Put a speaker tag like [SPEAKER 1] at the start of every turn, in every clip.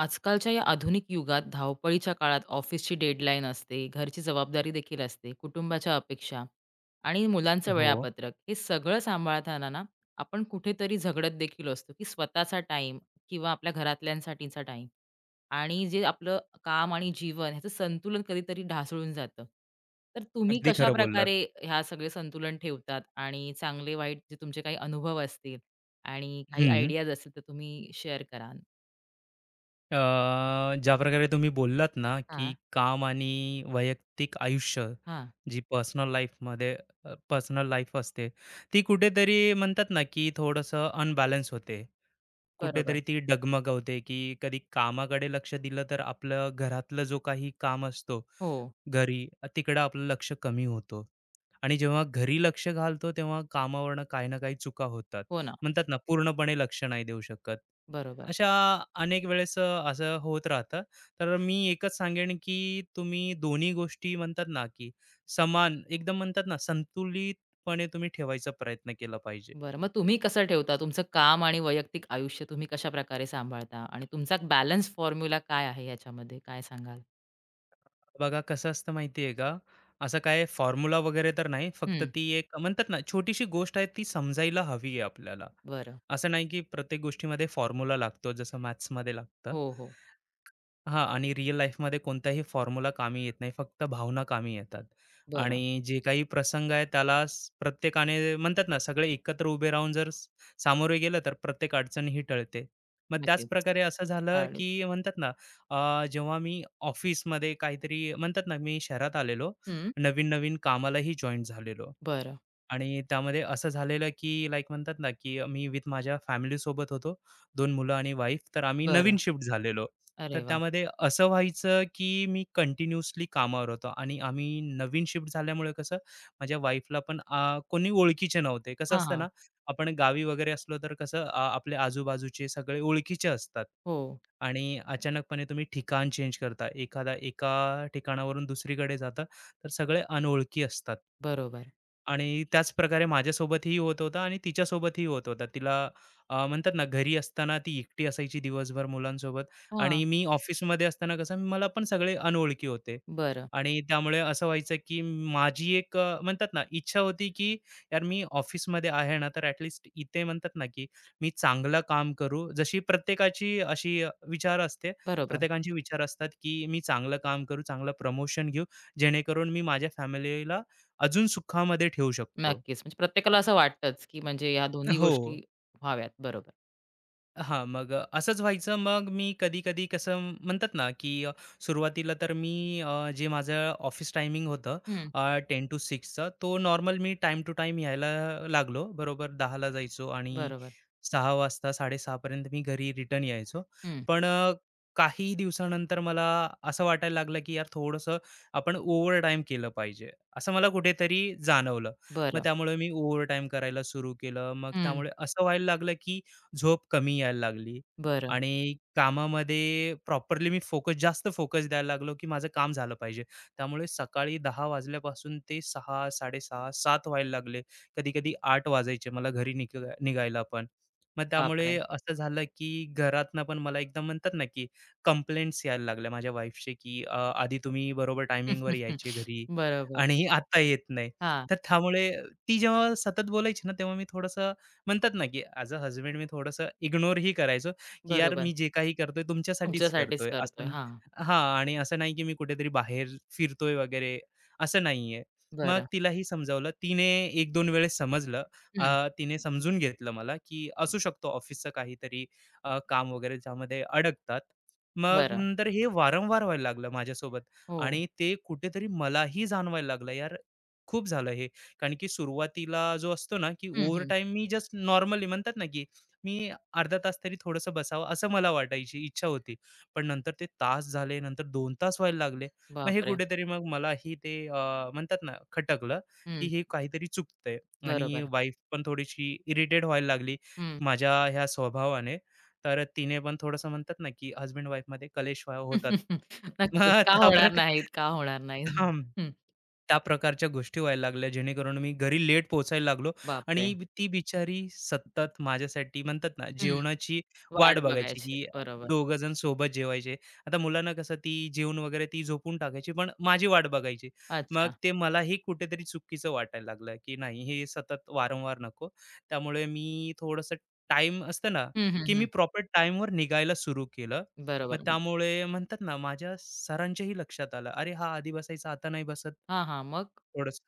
[SPEAKER 1] आजकालच्या या आधुनिक युगात धावपळीच्या काळात ऑफिसची डेडलाईन असते, घरची जबाबदारी देखील असते, कुटुंबाच्या अपेक्षा आणि मुलांचं
[SPEAKER 2] हो.
[SPEAKER 1] वेळापत्रक. हे सगळं सांभाळताना ना, आपण कुठेतरी झगडत देखील असतो, की स्वतःचा टाईम किंवा आपल्या घरातल्यांसाठीचा टाईम आणि जे आपलं काम आणि जीवन ह्याचं संतुलन कधीतरी ढासळून जातं. तर तुम्ही
[SPEAKER 2] अगदी खरं बोललात.
[SPEAKER 1] कशाप्रकारे ह्या सगळे संतुलन ठेवतात आणि चांगले-वाईट जे तुमचे काही अनुभव असतील आणि काही
[SPEAKER 2] हं.
[SPEAKER 1] आयडियाज असतील, तर तुम्ही शेअर कराल?
[SPEAKER 2] अ, ज्याप्रकारे तुम्ही बोललात ना, की
[SPEAKER 1] हां.
[SPEAKER 2] काम आणि वैयक्तिक आयुष्य
[SPEAKER 1] हां.
[SPEAKER 2] जी पर्सनल लाईफमध्ये पर्सनल लाईफ असते, ती कुठेतरी म्हणतात ना, की थोडंसं अनबॅलन्स होते.
[SPEAKER 1] बरोबर.
[SPEAKER 2] कुठेतरी ती डगमगवते, की कधी कामाकडे लक्ष दिलं तर आपलं घरातलं जो काही काम असतो
[SPEAKER 1] हो.
[SPEAKER 2] घरी, तिकडं आपलं लक्ष कमी होतं आणि जेव्हा घरी लक्ष घालतो तेव्हा कामावरनं काही ना काही चुका होतात.
[SPEAKER 1] हो ना.
[SPEAKER 2] म्हणतात ना, पूर्णपणे लक्ष नाही देऊ शकत.
[SPEAKER 1] बरोबर.
[SPEAKER 2] अशा अनेक वेळेस असं होत राहतं. तर मी एकच सांगेन, की तुम्ही दोन्ही गोष्टी म्हणतात ना, की समान एकदम म्हणतात ना, संतुलितपणे तुम्ही ठेवायचा प्रयत्न केला पाहिजे.
[SPEAKER 1] बरं, मग तुम्ही कसं ठेवता? तुमचं काम आणि वैयक्तिक आयुष्य तुम्ही कशाप्रकारे सांभाळता? आणि तुमचा बॅलन्स फॉर्म्युला काय आहे याच्यामध्ये? काय सांगाल?
[SPEAKER 2] बघा कसं असतं माहिती आहे का? असं काय फॉर्म्युला वगैरे तर नाही. फक्त
[SPEAKER 1] हं.
[SPEAKER 2] ती एक म्हणतात ना, छोटीशी गोष्ट आहे ती समजायला हवी आहे आपल्याला.
[SPEAKER 1] बरं.
[SPEAKER 2] असं नाही की प्रत्येक गोष्टीमध्ये फॉर्म्युला लागतो, जसं मॅथ्समध्ये लागतं.
[SPEAKER 1] हो, हो.
[SPEAKER 2] हां, आणि रिअल लाईफमध्ये कोणताही फॉर्म्युला कामी येत नाही. फक्त भावना कामी येतात.
[SPEAKER 1] बरं.
[SPEAKER 2] आणि जे काही प्रसंग आहे त्याला प्रत्येकाने म्हणतात ना, सगळे एकत्र उभे राहून जर सामोरे गेलं तर प्रत्येक अडचण ही टळते. मग त्याच
[SPEAKER 1] नक्कीच.
[SPEAKER 2] प्रकारे असं झालं,
[SPEAKER 1] आणि
[SPEAKER 2] की म्हणतात ना, जेव्हा मी ऑफिसमध्ये काहीतरी म्हणतात ना, मी शहरात आलेलो.
[SPEAKER 1] हं.
[SPEAKER 2] नवीन-नवीन कामालाही जॉइन झालेलो.
[SPEAKER 1] बरं,
[SPEAKER 2] आणि त्यामध्ये असं झालेलं, की लाइक म्हणतात ना, की मी विथ माझ्या फॅमिलीसोबत होतो. 2 मुलं आणि वाईफ. तर आम्ही नवीन
[SPEAKER 1] बरं.
[SPEAKER 2] शिफ्ट झालेलो. तर
[SPEAKER 1] अरे वाह!
[SPEAKER 2] त्यामध्ये असं व्हायचं, की मी कंटिन्यूअसली कामावर होतो आणि आम्ही नवीन शिफ्ट झाल्यामुळे कसं माझ्या वाईफला पण कोणी ओळखीचे नव्हते. कसं
[SPEAKER 1] हां,
[SPEAKER 2] असतं
[SPEAKER 1] हां.
[SPEAKER 2] ना, आपण गावी वगैरे असलो तर कसं, आपल्या आजूबाजूचे सगळे ओळखीचे असतात
[SPEAKER 1] हो.
[SPEAKER 2] आणि अचानकपणे तुम्ही ठिकाण चेंज करता. एखादा एका ठिकाणावरून दुसरीकडे जाता, तर सगळे अनोळखी असतात.
[SPEAKER 1] बरोबर.
[SPEAKER 2] आणि त्याच प्रकारे माझ्यासोबतही होत होतं आणि तिच्यासोबतही होत होता. तिला, म्हणतात ना, घरी असताना ती एकटी असायची दिवसभर मुलांसोबत.
[SPEAKER 1] हां.
[SPEAKER 2] आणि मी ऑफिसमध्ये असताना कसं मला पण सगळे अनोळखी होते.
[SPEAKER 1] बरं.
[SPEAKER 2] आणि त्यामुळे असं व्हायचं की माझी एक, म्हणतात ना, इच्छा होती की यार मी ऑफिसमध्ये आहे ना, तर ॲटलीस्ट इथे म्हणतात ना, की मी चांगलं काम करू. जशी प्रत्येकाची अशी, विचार असते,
[SPEAKER 1] बरोबर.
[SPEAKER 2] प्रत्येकांचे विचार असतात की मी चांगलं काम करू, चांगलं प्रमोशन घेऊ, जेणेकरून मी माझ्या फॅमिलीला अजून सुखामध्ये ठेवू शकतो.
[SPEAKER 1] नक्कीच. म्हणजे प्रत्येकाला असं वाटतंच, की म्हणजे ह्या दोन्ही
[SPEAKER 2] हो.
[SPEAKER 1] गोष्टी व्हाव्यात. बरोबर.
[SPEAKER 2] हां, मग असंच व्हायचं. मग मी कधी-कधी कसं म्हणतात ना, की सुरुवातीला तर मी, जे माझं ऑफिस टायमिंग होतं,
[SPEAKER 1] हं.
[SPEAKER 2] टू to तो नॉर्मल मी टाइम टू टाइम यायला लागलो. बरोबर 10ला जायचो आणि
[SPEAKER 1] बरोबर.
[SPEAKER 2] 6 वाजता 6:30 मी घरी रिटर्न यायचो.
[SPEAKER 1] हं.
[SPEAKER 2] पण, काही दिवसानंतर मला असं वाटायला लागलं, की यार थोडंसं आपण ओव्हरटाईम केलं पाहिजे, असं मला कुठेतरी जाणवलं. मग
[SPEAKER 1] बरं.
[SPEAKER 2] त्यामुळे मी ओव्हरटाईम करायला सुरू केलं. मग
[SPEAKER 1] हं.
[SPEAKER 2] त्यामुळे असं व्हायला लागलं, की झोप कमी यायला लागली
[SPEAKER 1] बरं.
[SPEAKER 2] आणि कामामध्ये प्रॉपरली मी फोकस, जास्त फोकस द्यायला लागलो की माझं काम झालं पाहिजे. त्यामुळे सकाळी 10 वाजल्यापासून ते 6 6:30 7 व्हायला लागले. कधी कधी 8 वाजायचे मला घरी निघायला पण. मग त्यामुळे
[SPEAKER 1] बापरे!
[SPEAKER 2] असं झालं की घरातनं पण मला एकदम म्हणतात ना की कंप्लेंट्स यायला लागल्या माझ्या वाईफचे, की आधी तुम्ही बरोबर टायमिंगवर यायचे घरी
[SPEAKER 1] बरोबर.
[SPEAKER 2] आणि आता येत नाही."
[SPEAKER 1] हां,
[SPEAKER 2] तर त्यामुळे ती जेव्हा सतत बोलायची ना तेव्हा मी थोडस म्हणतात ना की ॲज अ हजबंड मी थोडंसं इग्नोरही करायचो, की यार
[SPEAKER 1] बरोबर.
[SPEAKER 2] मी जे काही करतोय तुमच्यासाठीच
[SPEAKER 1] तुमच्यासाठीच
[SPEAKER 2] करतोय.
[SPEAKER 1] करतोय.
[SPEAKER 2] असं.
[SPEAKER 1] हां,
[SPEAKER 2] हां, आणि असं नाही की मी कुठेतरी बाहेर फिरतोय वगैरे, असं नाहीये. मग
[SPEAKER 1] बरं.
[SPEAKER 2] तिलाही समजावलं. तिने 1-2 वेळेस समजलं.
[SPEAKER 1] हं,
[SPEAKER 2] अ, तिने समजून घेतलं मला, की असू शकतो ऑफिसचं काहीतरी, काम वगैरे ज्यामध्ये अडकतात. मग
[SPEAKER 1] बरं.
[SPEAKER 2] नंतर हे वारंवार व्हायला लागलं माझ्यासोबत.
[SPEAKER 1] हो.
[SPEAKER 2] आणि ते कुठेतरी मलाही जाणवायला लागलं, यार खूप झालं हे. कारण की सुरुवातीला जो असतो ना, की
[SPEAKER 1] हं,
[SPEAKER 2] ओव्हर
[SPEAKER 1] हं.
[SPEAKER 2] टाइम मी जस्ट नॉर्मली म्हणतात ना, की मी अर्धा तास तरी थोडंसं बसावं असं मला वाटायची इच्छा होती. पण नंतर ते तास झाले, नंतर 2 तास व्हायला लागले. मग हे
[SPEAKER 1] बापरे!
[SPEAKER 2] कुठेतरी मग मलाही ते, म्हणतात ना, खटकलं, की
[SPEAKER 1] हं,
[SPEAKER 2] हे काहीतरी चुकतंय. आणि
[SPEAKER 1] बरोबर.
[SPEAKER 2] वाईफ पण थोडीशी इरिटेट व्हायला लागली
[SPEAKER 1] हं.
[SPEAKER 2] माझ्या ह्या स्वभावाने. तर तिने पण थोडंसं म्हणतात ना, की हसबँड वाईफमध्ये कलेश होतात.
[SPEAKER 1] नक्कीच.
[SPEAKER 2] मग
[SPEAKER 1] का होणार नाहीत, का होणार नाहीत? हं,
[SPEAKER 2] त्या प्रकारच्या गोष्टी व्हायला लागल्या जेणेकरून मी घरी लेट पोहोचायला लागलो
[SPEAKER 1] बापरे!
[SPEAKER 2] आणि ती बिचारी सतत माझ्यासाठी म्हणतात ना
[SPEAKER 1] हं,
[SPEAKER 2] जेवणाची वाट
[SPEAKER 1] वाट
[SPEAKER 2] बघायची,
[SPEAKER 1] बघायची.
[SPEAKER 2] की
[SPEAKER 1] बरोबर.
[SPEAKER 2] दोघ जण सोबत जेवायचे. आता मुलांना कसं ती जेवण वगैरे ती झोपून टाकायची पण माझी वाट बघायची. मग
[SPEAKER 1] अच्छा.
[SPEAKER 2] ते मलाही कुठेतरी चुकीचं वाटायला लागलं, की नाही हे सतत वारंवार नको. त्यामुळे मी थोडंसं टाइम असतं ना,
[SPEAKER 1] हं, हं,
[SPEAKER 2] की मी
[SPEAKER 1] हं.
[SPEAKER 2] प्रॉपर टाइमवर निघायला सुरू केलं. मग
[SPEAKER 1] बरोबर.
[SPEAKER 2] त्यामुळे म्हणतात ना माझ्या सरांच्याही लक्षात आलं, "अरे हा आधी बसायचा आता नाही बसत."
[SPEAKER 1] हां, हां. मग?
[SPEAKER 2] थोडंसं.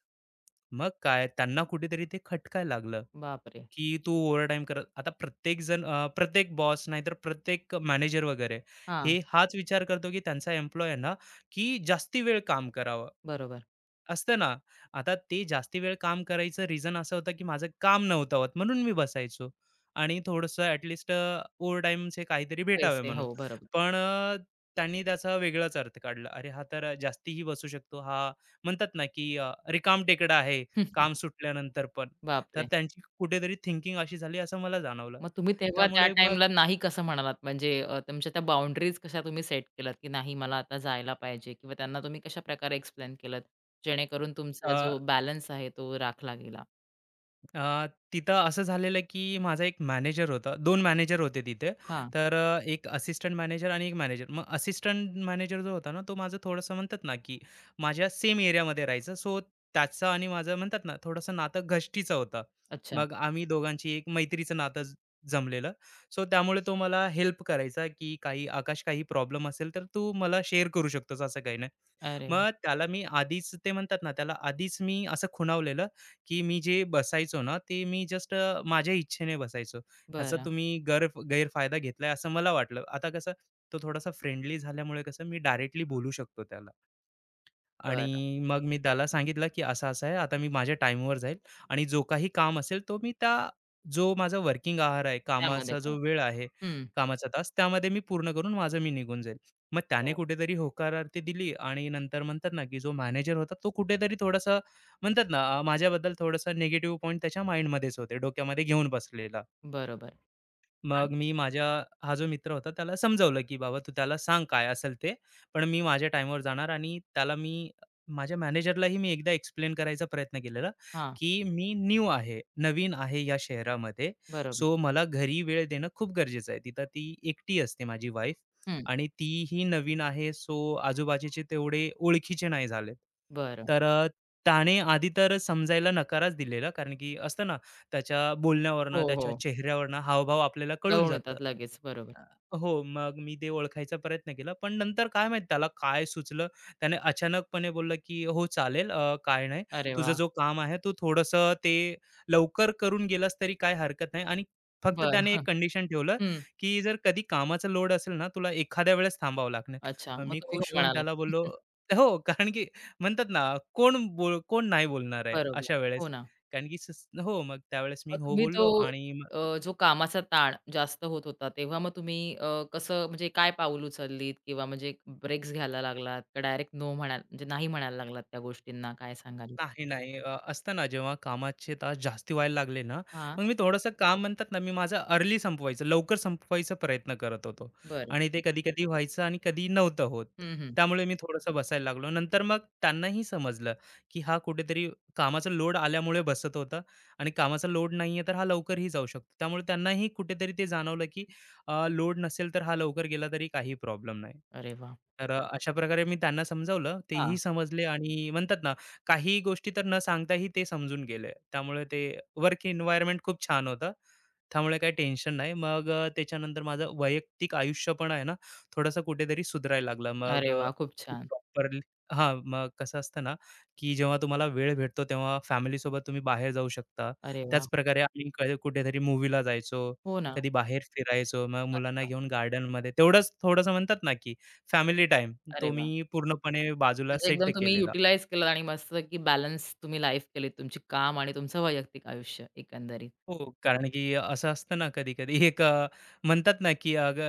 [SPEAKER 2] मग काय त्यांना कुठेतरी ते खटकायला लागलं.
[SPEAKER 1] बापरे!
[SPEAKER 2] की तू ओव्हरटाईम करत आता प्रत्येक जण, प्रत्येक बॉस नाहीतर प्रत्येक मॅनेजर वगैरे
[SPEAKER 1] हां,
[SPEAKER 2] हे हाच विचार करतो की त्यांचा एम्प्लॉय ना, की जास्ती वेळ काम करावं
[SPEAKER 1] बरोबर.
[SPEAKER 2] असतं ना. आता ते जास्ती वेळ काम करायचं रिझन असं होतं की माझं काम नव्हतं होत म्हणून मी बसायचो आणि थोडंसं ॲटलिस्ट ओव्हरटाईमचे काहीतरी भेटावे
[SPEAKER 1] पैसे.
[SPEAKER 2] म्हणून.
[SPEAKER 1] हो, बरोबर.
[SPEAKER 2] पण, त्यांनी त्याचा वेगळाच अर्थ काढला, अरे हा तर जास्तीही बसू शकतो हा, म्हणतात ना की, रिकाम टेकडा आहे काम सुटल्यानंतर पण. तर
[SPEAKER 1] बापरे!
[SPEAKER 2] त्यांची कुठेतरी थिंकिंग अशी झाली असं मला जाणवलं.
[SPEAKER 1] मग तुम्ही तेव्हा त्या
[SPEAKER 2] त्यामुळे मग,
[SPEAKER 1] टाईमला नाही कसं म्हणालात? म्हणजे तुमच्या त्या बाउंडरीज कशा तुम्ही सेट केल्यात, की नाही मला आता जायला पाहिजे किंवा त्यांना तुम्ही कशाप्रकारे एक्सप्लेन केलत? जेणेकरून तुमचा
[SPEAKER 2] अ,
[SPEAKER 1] जो बॅलन्स आहे तो राखला गेला?
[SPEAKER 2] अ, तिथं असं झालेलं की माझा एक मॅनेजर होता. 2 मॅनेजर होते तिथे.
[SPEAKER 1] हां,
[SPEAKER 2] तर एक असिस्टंट मॅनेजर आणि एक मॅनेजर. मग असिस्टंट मॅनेजर जो होता ना, तो माझं थोडंसं म्हणतात ना, की माझ्या सेम एरियामध्ये राहायचा. सो त्याचं आणि माझं म्हणतात ना, थोडंसं नातं घसटीचं होतं.
[SPEAKER 1] अच्छा.
[SPEAKER 2] मग आम्ही दोघांची एक मैत्रीचं नातं जमलेलं. सो त्यामुळे तो मला हेल्प करायचा, की काही "आकाश काही प्रॉब्लेम असेल तर तू मला शेअर करू शकतोस, असं काही नाही."
[SPEAKER 1] अरे!
[SPEAKER 2] मग त्याला मी आधीच ते म्हणतात ना, त्याला आधीच मी असं खुणावलेलं, की मी जे बसायचो ना ते मी जस्ट माझ्या इच्छेने बसायचो, ह्याचा
[SPEAKER 1] बरं,
[SPEAKER 2] तुम्ही गैरफायदा घेतलाय असं मला वाटलं आता कसं. तो थोडासा फ्रेंडली झाल्यामुळे कसं मी डायरेक्टली बोलू शकतो त्याला.
[SPEAKER 1] बरं.
[SPEAKER 2] आणि मग मी त्याला सांगितलं, की असं-असं आहे. आता मी माझ्या टाईमवर जाईल आणि जो काही काम असेल तो मी त्या, जो माझा वर्किंग आवर आहे,
[SPEAKER 1] त्यामध्ये
[SPEAKER 2] कामाचा
[SPEAKER 1] काय?
[SPEAKER 2] जो वेळ आहे,
[SPEAKER 1] हं.
[SPEAKER 2] कामाचा तास त्यामध्ये मी पूर्ण करून माझं मी निघून जाईल. मग त्याने
[SPEAKER 1] बरं.
[SPEAKER 2] कुठेतरी होकारार्थी दिली आणि नंतर म्हणतात ना, की जो मॅनेजर होता तो कुठेतरी थोडासा म्हणतात ना, माझ्याबद्दल थोडासा निगेटिव्ह पॉइंट त्याच्या माइंडमध्येच होते, डोक्यामध्ये घेऊन बसलेला.
[SPEAKER 1] बरोबर आणि
[SPEAKER 2] मग मी माझ्या, हा जो मित्र होता त्याला समजावलं, की "बाबा तू त्याला सांग काय असेल ते, पण मी माझ्या टाईमवर जाणार." आणि त्याला मी माझ्या मॅनेजरलाही मी एकदा एक्सप्लेन करायचा प्रयत्न केलेला,
[SPEAKER 1] हां,
[SPEAKER 2] की "मी न्यू आहे, नवीन आहे या शहरामध्ये.
[SPEAKER 1] बरोबर.
[SPEAKER 2] सो मला घरी वेळ देणं खूप गरजेचं आहे." तिथं ती एकटी असते माझी वाईफ
[SPEAKER 1] हं,
[SPEAKER 2] आणि तीही नवीन आहे. सो आजूबाजूचे तेवढे ओळखीचे नाही झालेत.
[SPEAKER 1] बरं.
[SPEAKER 2] तर त्याने आधी तर समजायला नकारच दिलेला, कारण की असतं ना, त्याच्या
[SPEAKER 1] हो,
[SPEAKER 2] बोलण्यावरनं, त्याच्या
[SPEAKER 1] हो.
[SPEAKER 2] चेहऱ्यावरनं हावभाव आपल्याला कळून
[SPEAKER 1] जवळून
[SPEAKER 2] जातं.
[SPEAKER 1] येतात लगेच. बरोबर.
[SPEAKER 2] हो, मग मी ते ओळखायचा प्रयत्न केला. पण नंतर काय माहीत त्याला काय सुचलं, त्याने अचानकपणे बोलला, की "हो चालेल, काय नाही.
[SPEAKER 1] अरे
[SPEAKER 2] तुझं
[SPEAKER 1] वाह!
[SPEAKER 2] जो काम आहे तू थोडंसं ते लवकर करून गेलास तरी काही हरकत नाही." आणि फक्त
[SPEAKER 1] बरं.
[SPEAKER 2] त्याने
[SPEAKER 1] हं.
[SPEAKER 2] एक कंडिशन ठेवलं,
[SPEAKER 1] हम्म
[SPEAKER 2] की "जर कधी कामाचा लोड असेल ना, तुला एखाद्या वेळेस थांबावं लागणार."
[SPEAKER 1] अच्छा.
[SPEAKER 2] मग
[SPEAKER 1] मग
[SPEAKER 2] मी
[SPEAKER 1] तुम्ही हो
[SPEAKER 2] खुश होऊन
[SPEAKER 1] म्हणालात.
[SPEAKER 2] त्याला बोललो हो, कारण की म्हणतात ना, कोण बोल कोण नाही बोलणार आहे
[SPEAKER 1] बरोबर.
[SPEAKER 2] अशा
[SPEAKER 1] हो
[SPEAKER 2] वेळेस.
[SPEAKER 1] ना.
[SPEAKER 2] कारण की हो, मग त्यावेळेस मी
[SPEAKER 1] मग
[SPEAKER 2] हो
[SPEAKER 1] तुम्ही तो
[SPEAKER 2] बोललो आणि
[SPEAKER 1] जो कामाचा ताण जास्त होत होता, तेव्हा मग तुम्ही कसं म्हणजे काय पाऊल उचललीत किंवा म्हणजे ब्रेक्स घ्यायला लागलात का डायरेक्ट नो म्हणाल म्हणजे नाही म्हणायला लागलात त्या गोष्टींना काय सांगाल?
[SPEAKER 2] नाही, नाही. असतं ना जेव्हा कामाचे तास जास्ती व्हायला लागले ना,
[SPEAKER 1] हां,
[SPEAKER 2] मग मी थोडंसं काम म्हणतात ना, मी माझं अर्ली संपवायचं, लवकर संपवायचा प्रयत्न करत होतो
[SPEAKER 1] बरं.
[SPEAKER 2] आणि ते कधी-कधी व्हायचं आणि कधी नव्हतं होत.
[SPEAKER 1] हं, हं.
[SPEAKER 2] त्यामुळे मी थोडंसं बसायला लागलो. नंतर मग त्यांनाही समजलं, की हा कुठेतरी कामाचा लोड आल्यामुळे बसत होता आणि कामाचा लोड नाहीये तर हा लवकरही जाऊ शकतो. त्यामुळे त्यांनाही कुठेतरी ते जाणवलं, की लोड नसेल तर हा लवकर गेला तरी काही प्रॉब्लेम नाही.
[SPEAKER 1] अरे वाह!
[SPEAKER 2] तर अशा प्रकारे मी त्यांना समजावलं. तेही
[SPEAKER 1] हां.
[SPEAKER 2] समजले आणि म्हणतात ना, काही गोष्टी तर न सांगताही ते समजून गेले. त्यामुळे ते वर्क एन्व्हायर्नमेंट खूप छान होतं. त्यामुळे काही टेन्शन नाही. मग त्याच्यानंतर माझं वैयक्तिक आयुष्य पण आहे ना, थोडंसं कुठेतरी सुधारायला लागलं. मग
[SPEAKER 1] अरे वाह! खूप
[SPEAKER 2] मी
[SPEAKER 1] छान.
[SPEAKER 2] प्रॉपरली, हां, मग कसं असतं ना, की जेव्हा तुम्हाला वेळ भेटतो तेव्हा फॅमिलीसोबत तुम्ही बाहेर जाऊ शकता.
[SPEAKER 1] अरे वाह!
[SPEAKER 2] त्याचप्रकारे आम्ही कुठेतरी मूव्हीला जायचो,
[SPEAKER 1] हो ना.
[SPEAKER 2] कधी बाहेर फिरायचो. मग मुलांना
[SPEAKER 1] मस्त.
[SPEAKER 2] घेऊन गार्डनमध्ये तेवढंच थोडंसं म्हणतात ना, की फॅमिली टाईम
[SPEAKER 1] अरे
[SPEAKER 2] तो
[SPEAKER 1] वाह!
[SPEAKER 2] मी पूर्णपणे बाजूला
[SPEAKER 1] म्हणजे एकदम
[SPEAKER 2] सेट
[SPEAKER 1] तुम्ही
[SPEAKER 2] केलेला.
[SPEAKER 1] युटिलाइज केलं आणि मस्त की बॅलन्स तुम्ही लाईफ केलीत तुमची काम आणि तुमचं वैयक्तिक आयुष्य एकंदरीत.
[SPEAKER 2] हो, कारण की असं असतं ना कधी-कधी एक, म्हणतात ना, की अग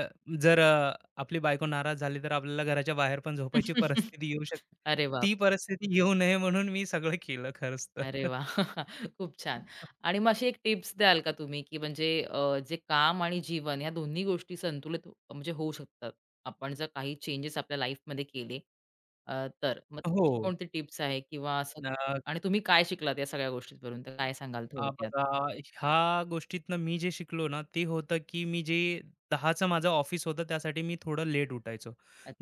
[SPEAKER 2] जर, आपली बायको नाराज झाली, तर आपल्याला घराच्या बाहेर पण झोपायची परिस्थिती येऊ शकते.
[SPEAKER 1] अरे
[SPEAKER 2] ती
[SPEAKER 1] बापरे!
[SPEAKER 2] परिस्थिती येऊ नये म्हणून मी सगळं केलं खरंच
[SPEAKER 1] अरे
[SPEAKER 2] तर.
[SPEAKER 1] वाह! खूप छान. आणि मग अशी एक टिप्स द्याल का तुम्ही, की म्हणजे जे काम आणि जीवन या दोन्ही गोष्टी संतुलित म्हणजे होऊ शकतात. आपण जर काही चेंजेस आपल्या लाईफमध्ये केले तर. मग
[SPEAKER 2] हो.
[SPEAKER 1] अशी कोणती टिप्स आहे किंवा असं आणि तुम्ही काय शिकलात या सगळ्या गोष्टींवरून तर काय सांगाल
[SPEAKER 2] आ,
[SPEAKER 1] थोडक्यात?
[SPEAKER 2] बघा ह्या गोष्टीतनं मी जे शिकलो ना, ते होतं की मी जे 10चं माझं ऑफिस होतं त्यासाठी मी थोडं लेट उठायचो.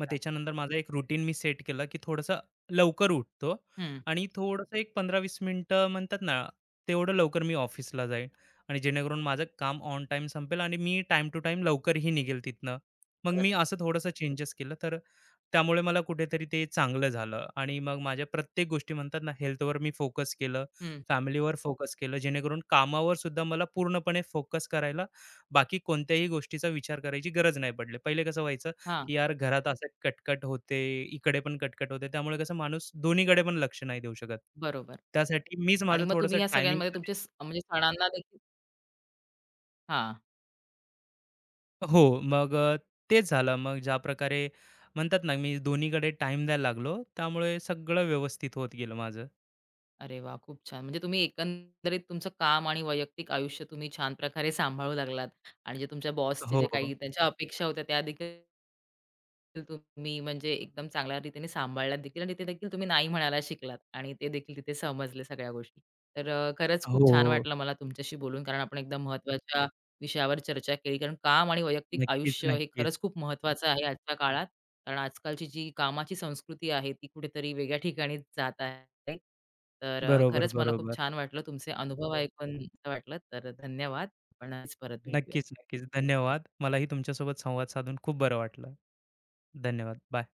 [SPEAKER 2] मग त्याच्यानंतर माझा एक रुटीन मी सेट केला की थोडंसं लवकर उठतो
[SPEAKER 1] हं.
[SPEAKER 2] आणि थोडंसं एक 15-20 मिनिटं म्हणतात ना, तेवढं लवकर मी ऑफिसला जाईन आणि जेणेकरून माझं काम ऑन टाईम संपेल आणि मी टाईम टू टाईम लवकरही निघेल तिथनं. मग मी
[SPEAKER 1] बरं.
[SPEAKER 2] असं थोडंसं चेंजेस केलं तर त्यामुळे मला कुठेतरी ते चांगलं झालं आणि मग माझ्या प्रत्येक गोष्टी म्हणतात ना, हेल्थवर मी फोकस केलं,
[SPEAKER 1] हं.
[SPEAKER 2] फॅमिलीवर फोकस केलं, जेणेकरून कामावर सुद्धा मला पूर्णपणे फोकस करायला बाकी कोणत्याही गोष्टीचा विचार करायची गरज नाही पडली. पहिले कसं व्हायचं,
[SPEAKER 1] हां.
[SPEAKER 2] की यार घरात असं कटकट होते, इकडे पण कटकट होते, त्यामुळे कसं माणूस दोन्हीकडे पण लक्ष नाही देऊ शकत.
[SPEAKER 1] बरोबर.
[SPEAKER 2] त्यासाठी मीच
[SPEAKER 1] आणि
[SPEAKER 2] माझं
[SPEAKER 1] मग
[SPEAKER 2] थोडंसं
[SPEAKER 1] तुम्ही या सगळ्यांमध्ये
[SPEAKER 2] टायमिंगमध्ये.
[SPEAKER 1] तुमचे म्हणजे सणांना देखील हां.
[SPEAKER 2] हो, मग तेच झालं. मग ज्या प्रकारे म्हणतात ना, मी दोन्हीकडे टाईम द्यायला लागलो, त्यामुळे सगळं व्यवस्थित होत गेलं माझं.
[SPEAKER 1] अरे वाह! खूप छान. म्हणजे तुम्ही एकंदरीत तुमचं काम आणि वैयक्तिक आयुष्य तुम्ही छान प्रकारे सांभाळू लागलात आणि जे तुमच्या बॉसचे
[SPEAKER 2] हो,
[SPEAKER 1] जे
[SPEAKER 2] हो.
[SPEAKER 1] काही त्यांच्या अपेक्षा होत्या त्या देखील तुम्ही म्हणजे एकदम चांगल्या रीतीने सांभाळल्यात देखील आणि ते देखील तुम्ही नाही म्हणायला शिकलात आणि ते देखील तिथे समजले सगळ्या गोष्टी. तर खरंच खूप छान
[SPEAKER 2] हो.
[SPEAKER 1] वाटलं मला तुमच्याशी बोलून कारण आपण एकदम महत्त्वाच्या विषयावर चर्चा केली. कारण काम आणि वैयक्तिक
[SPEAKER 2] नक्कीच,
[SPEAKER 1] आयुष्य हे
[SPEAKER 2] नक्कीच.
[SPEAKER 1] खरंच खूप महत्त्वाचं आहे आजच्या काळात कारण आजकालची जी कामाची संस्कृती आहे ती कुठेतरी वेगळ्या ठिकाणी जात आहे. तर
[SPEAKER 2] बरोबर,
[SPEAKER 1] खरंच मला खूप
[SPEAKER 2] बरोबर.
[SPEAKER 1] छान वाटलं तुमचे अनुभव ऐकून वाटलं. तर धन्यवाद. आपण नक्कीच परत भेटूया.
[SPEAKER 2] नक्कीच, नक्कीच. धन्यवाद. मलाही तुमच्यासोबत संवाद साधून खूप बरं वाटलं. धन्यवाद. बाय.